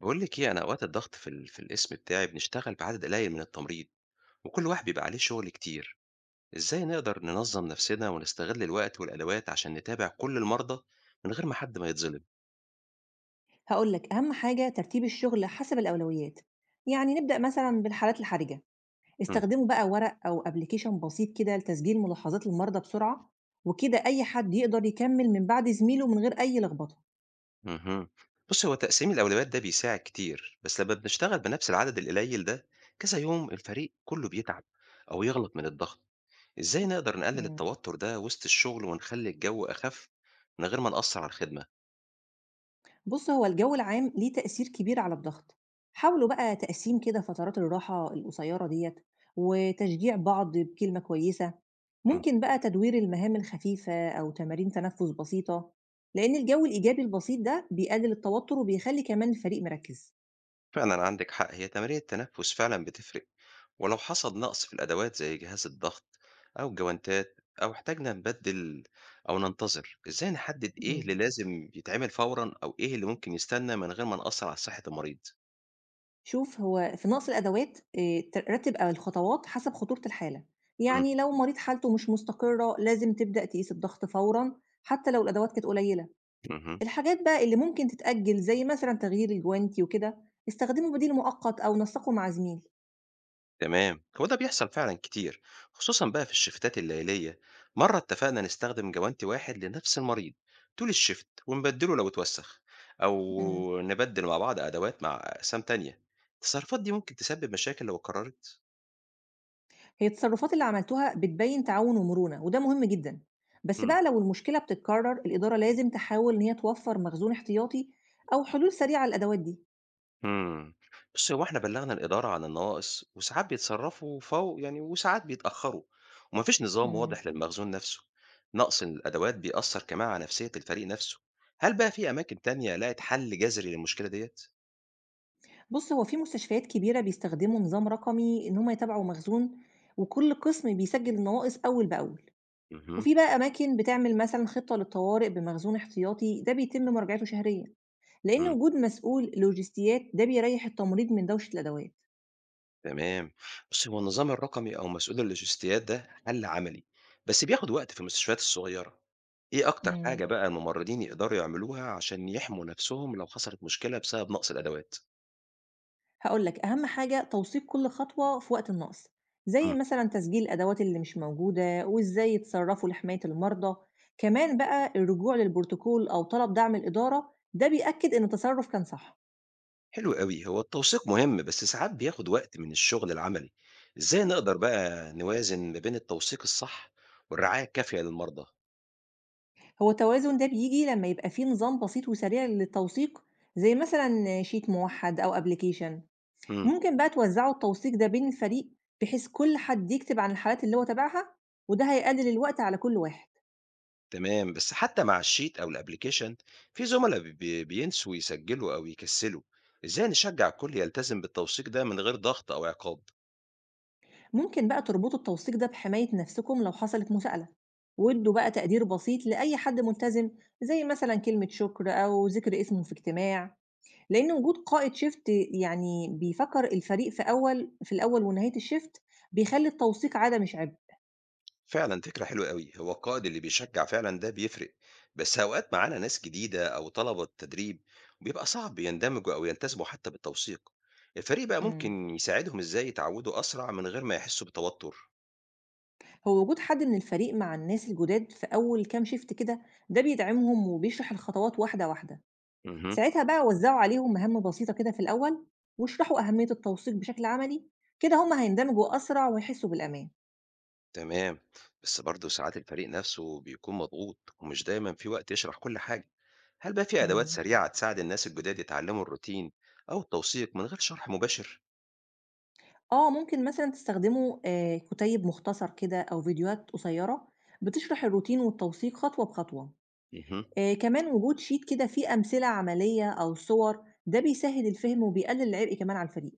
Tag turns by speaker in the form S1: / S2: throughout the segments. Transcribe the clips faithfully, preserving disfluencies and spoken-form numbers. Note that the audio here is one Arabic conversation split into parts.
S1: بقول لك ايه انا اوقات الضغط في ال... في القسم بتاعي بنشتغل بعدد قليل من التمريض، وكل واحد بيبقى عليه شغل كتير. ازاي نقدر ننظم نفسنا ونستغل الوقت والادوات عشان نتابع كل المرضى من غير ما حد ما يتظلم؟
S2: هقول لك أهم حاجة ترتيب الشغل حسب الأولويات. يعني نبدأ مثلا بالحالات الحرجة.
S1: مم.
S2: استخدموا بقى ورق أو أبليكيشن بسيط كده لتسجيل ملاحظات المرضى بسرعة، وكده أي حد يقدر يكمل من بعد زميله من غير أي لخبطة.
S1: مهم. بص، هو تقسيم الاولويات ده بيساعد كتير، بس لما بنشتغل بنفس العدد القليل ده كذا يوم الفريق كله بيتعب او يغلط من الضغط. ازاي نقدر نقلل
S2: مم.
S1: التوتر ده وسط الشغل ونخلي الجو اخف من غير ما نأثر على الخدمة؟
S2: بُص، هو الجو العام ليه تأثير كبير على الضغط، حاولوا بقى تقسيم كده فترات الراحة القصيرة ديّة، وتشجيع بعض بكلمة كويسة،
S1: مم.
S2: ممكن بقى تدوير المهام الخفيفة أو تمارين تنفس بسيطة، لأن الجو الإيجابي البسيط ده بيقلل التوتر وبيخلي كمان الفريق مركز.
S1: فعلا عندك حق، هي تمارين التنفس فعلا بتفرق. ولو حصل نقص في الأدوات زي جهاز الضغط أو الجوانتات أو احتاجنا نبدل أو ننتظر، إزاي نحدد إيه اللي
S2: إمم.
S1: لازم يتعمل فورًا أو إيه اللي ممكن يستنى من غير ما نأثر على صحة المريض؟
S2: شوف، هو في نقص الأدوات آآ، ت رتّب الخطوات حسب خطورة الحالة،
S1: امم،
S2: يعني لو مريض حالته مش مستقرة لازم تبدأ تقيس الضغط فورًا حتى لو الأدوات كانت قليلة.
S1: اهم،
S2: الحاجات بقى اللي ممكن تتأجّل زي مثلًا تغيير الجوانتي وكده، استخدموا بديل مؤقت أو نسّقوا مع زميل.
S1: تمام، هو ده بيحصل فعلًا كتير، خصوصًا بقى في الشيفتات الليلية. مرة اتفقنا نستخدم جوانتي واحد لنفس المريض طول الشيفت ونبدله لو اتوسخ،
S2: إمم.
S1: أو نبدل مع بعض أدوات مع أقسام تانية. التصرفات دي ممكن تسبب مشاكل لو اتكررت؟
S2: هي التصرفات اللي عملتوها بتبيّن تعاون ومرونة وده مهم جدًا. بس
S1: امم.
S2: بقى لو المشكلة بتتكرر، الإدارة لازم تحاول إن هي توفّر مخزون احتياطي أو حلول سريعة للأدوات دي.
S1: إمم. بُصّي، هو إحنا بلّغنا الإدارة عن النواقص، وساعات بيتصرّفوا فور يعني وساعات بيتأخّروا، وما فيش نظام
S2: إمم.
S1: واضح للمخزون نَفْسه. نقص الأدوات بيأثّر كمان على نفسيّة الفريق نَفْسه. هل بقى في أماكن تانية لقت حل جذري للمشكلة ديّة؟
S2: بُص، هو في مستشفيات كبيرة بيستخدموا نظام رقمي إن هم يتابعوا مخزون، وكل قسم بيسجّل النواقص أول بأول.
S1: اهم،
S2: وفي بقى أماكن بتعمل مثلًا خطة للطوارئ بمخزون احتياطي، ده بيتم مراجعته شهريًا. لأن
S1: إمم،
S2: وجود مسؤول لوجستيات ده بيريح التمريض من دوشة الأدوات.
S1: تمام. بُصّي، هو النظام الرقمي أو مسؤول اللوجستيات ده حل عملي، بس بياخُد وقت في المستشفيات الصغيرة. إيه أكتر حاجة
S2: امم.
S1: بقى الممرّضين يقدروا يعملوها عشان يحموا نَفْسهم لو حصلت مشكلة بسبب نقص الأدوات؟
S2: هقول لك أهم حاجة توثيق كل خطوة في وقت النقص، زي
S1: إمم.
S2: مثلا تسجيل الأدوات اللي مش موجودة وإزاي يتصرفوا لحماية المرضى. كمان بقى الرجوع للبروتوكول أو طلب دعم الإدارة ده بيأكد إن التصرف كان صح.
S1: حلو أوي، هو التوثيق مهم بس ساعات بياخد وقت من الشغل العملي. إزاي نقدر بقى نوازن ما بين التوثيق الصح والرعاية الكافية للمرضى؟
S2: هو التوازن ده بيجي لما يبقى فيه نظام بسيط وسريع للتوثيق، زي مثلا شيت موحد أو أبليكيشن.
S1: امم.
S2: ممكن بقى توزعوا التوثيق ده بين الفريق، بحيث كل حد يكتب عن الحالات اللي هو تابعها، وده هيقلل الوقت على كل واحد.
S1: تمام، بس حتى مع الشيت أو الأبليكيشن في زملاء بي- بي- بينسوا يسجلوا أو يكسلوا. إزاي نشجع الكل يلتزم بالتوثيق ده من غير ضغط أو عقاب؟
S2: ممكن بقى تربطوا التوثيق ده بحماية نفسكم لو حصلت مساءلة، وادوا بقى تقدير بسيط لأي حد ملتزم، زي مثلا كلمة شكر أو ذكر اسمه في اجتماع. لأن وجود قائد شيفت، يعني بيفكر الفريق في أول في الأول ونهاية الشيفت، بيخلي التوثيق عادة مش عبء.
S1: فعلًا فكرة حلوة أوي، هو القائد اللي بيشجّع فعلًا ده بيفرق. بس أوقات معانا ناس جديدة أو طلبة تدريب بيبقى صعب يندمجوا أو يلتزموا حتى بالتوثيق. الفريق بقى
S2: مم.
S1: ممكن يساعدهم إزاي يتعودوا أسرع من غير ما يحسوا بتوتر؟
S2: هو وجود حد من الفريق مع الناس الجداد في أول كام شيفت كده ده بيدعمهم وبيشرح الخطوات واحدة واحدة.
S1: اهم.
S2: ساعتها بقى وزّعوا عليهم مهام بسيطة كده في الأول، واشرحوا أهمية التوثيق بشكل عملي، كده هم هيندمجوا أسرع ويحسّوا بالأمان.
S1: تمام، بس برضه ساعات الفريق نفسه بيكون مضغوط ومش دايمًا في وقت يشرح كل حاجة. هل بقى في أدوات
S2: إمم.
S1: سريعة تساعد الناس الجداد يتعلموا الروتين أو التوثيق من غير شرح مباشر؟
S2: آه، ممكن مثلًا تستخدموا آآ كُتيب مختصر كده أو فيديوهات قصيّرة بتشرح الروتين والتوثيق خطوة بخطوة.
S1: اهم.
S2: آآ كمان وجود sheet كده فيه أمثلة عملية أو صور، ده بيسهّل الفهم وبيقلل العبء كمان على الفريق.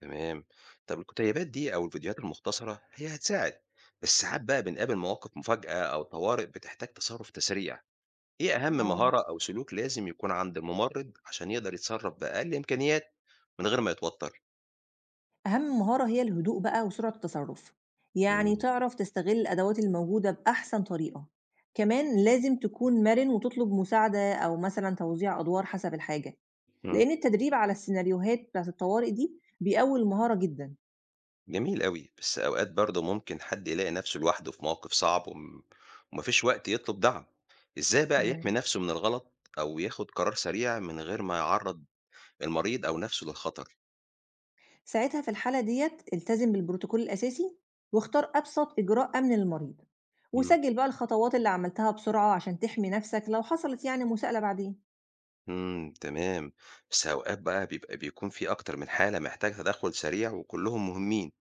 S1: تمام. طب الكتيبات دي او الفيديوهات المختصره هي هتساعد، بس ساعات بقى بنقابل مواقف مفاجاه او طوارئ بتحتاج تصرف تسريع. ايه اهم
S2: آه.
S1: مهاره او سلوك لازم يكون عند الممرض عشان يقدر يتصرف باقل امكانيات من غير ما يتوتر؟
S2: أهم مهارة هي الهدوء بقى وسرعة التصرف، يعني
S1: مم.
S2: تعرف تستغل الأدوات الموجودة بأحسن طريقة. كمان لازم تكون مرن وتطلب مساعدة أو مثلا توزيع أدوار حسب الحاجة،
S1: مم.
S2: لأن التدريب على السيناريوهات بتاعة الطوارئ دي بيقوي المهارة جدا.
S1: جميل قوي، بس اوقات برضه ممكن حد يلاقي نفسه لوحده في موقف صعب وم- ومفيش وقت يطلب دعم. ازاي بقى يحمي
S2: مم.
S1: نفسه من الغلط او ياخد قرار سريع من غير ما يعرض المريض او نفسه للخطر؟
S2: ساعتها في الحالة ديت التزم بالبروتوكول الأساسي، واختار أبسط إجراء أمن للمريض، وسجل بقى الخطوات اللي عملتها بسرعة عشان تحمي نفسك لو حصلت يعني مساءلة بعدين.
S1: إمم، تمام. بس أوقات بقى بيبقى بيكون في أكتر من حالة محتاجة تدخُّل سريع وكلّهم مهمين.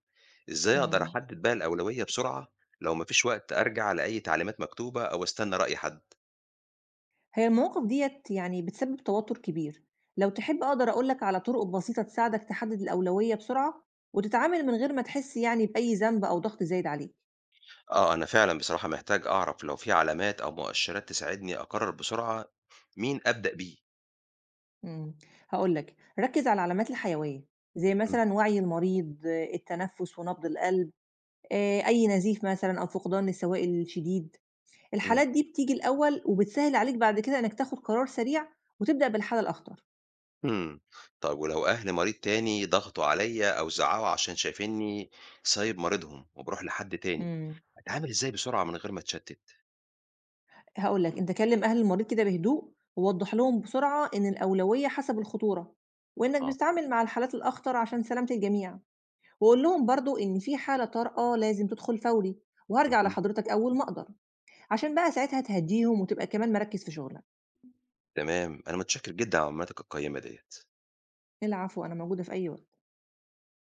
S1: إزاي أقدر
S2: مم.
S1: أحدد بقى الأولوية بسرعة لو ما فيش وقت أرجع لأي تعليمات مكتوبة أو أستنى رأي حد؟
S2: هي المواقف ديّة يعني بتسبب توتر كبير، لو تحب أقدر أقول لك على طرق بسيطة تساعدك تحدد الأولوية بسرعة، وتتعامل من غير ما تحس يعني بأي ذنب أو ضغط زايد عليك.
S1: آه، أنا فعلًا بصراحة محتاج أعرف لو في علامات أو مؤشرات تساعدني أقرّر بسرعة مين أبدأ بيه.
S2: إمم، هاقول لك ركز على العلامات الحيوية، زي
S1: إمم،
S2: مثلًا وعي المريض، آه، التنفس ونبض القلب، آآ، أي نزيف مثلًا أو فقدان للسوائل الشديد.
S1: إمم،
S2: الحالات دي بتيجي الأول وبتسهل عليك بعد كده إنك تاخد قرار سريع وتبدأ بالحالة الأخطر.
S1: إمم. طَب ولو أهل مريض تاني ضغطوا عليّا أو زعّقوا عشان شايفينّي سايب مريضهم وباروح لحد تاني،
S2: إمم.
S1: أتعامل إزاي بسرعة من غير ما أتشتِّت؟
S2: هاقول لك، أنت كلّم أهل المريض كده بهدوء، ووضّح لهم بسرعة إن الأولوية حسب الخطورة، وإنك
S1: آه.
S2: بتتعامل مع الحالات الأخطر عشان سلامة الجميع، وقُل لهم برضه إن في حالة طارئة لازم تدخل فوري، وهارجع
S1: اهم.
S2: لحضرتك أول ما أقدر، عشان بقى ساعتها تهدّيهم وتبقى كمان مركّز في شغلك.
S1: تمام، أنا متشكر جدًا على معلوماتك القيّمة ديّة.
S2: العفو، أنا موجودة في أي وقت.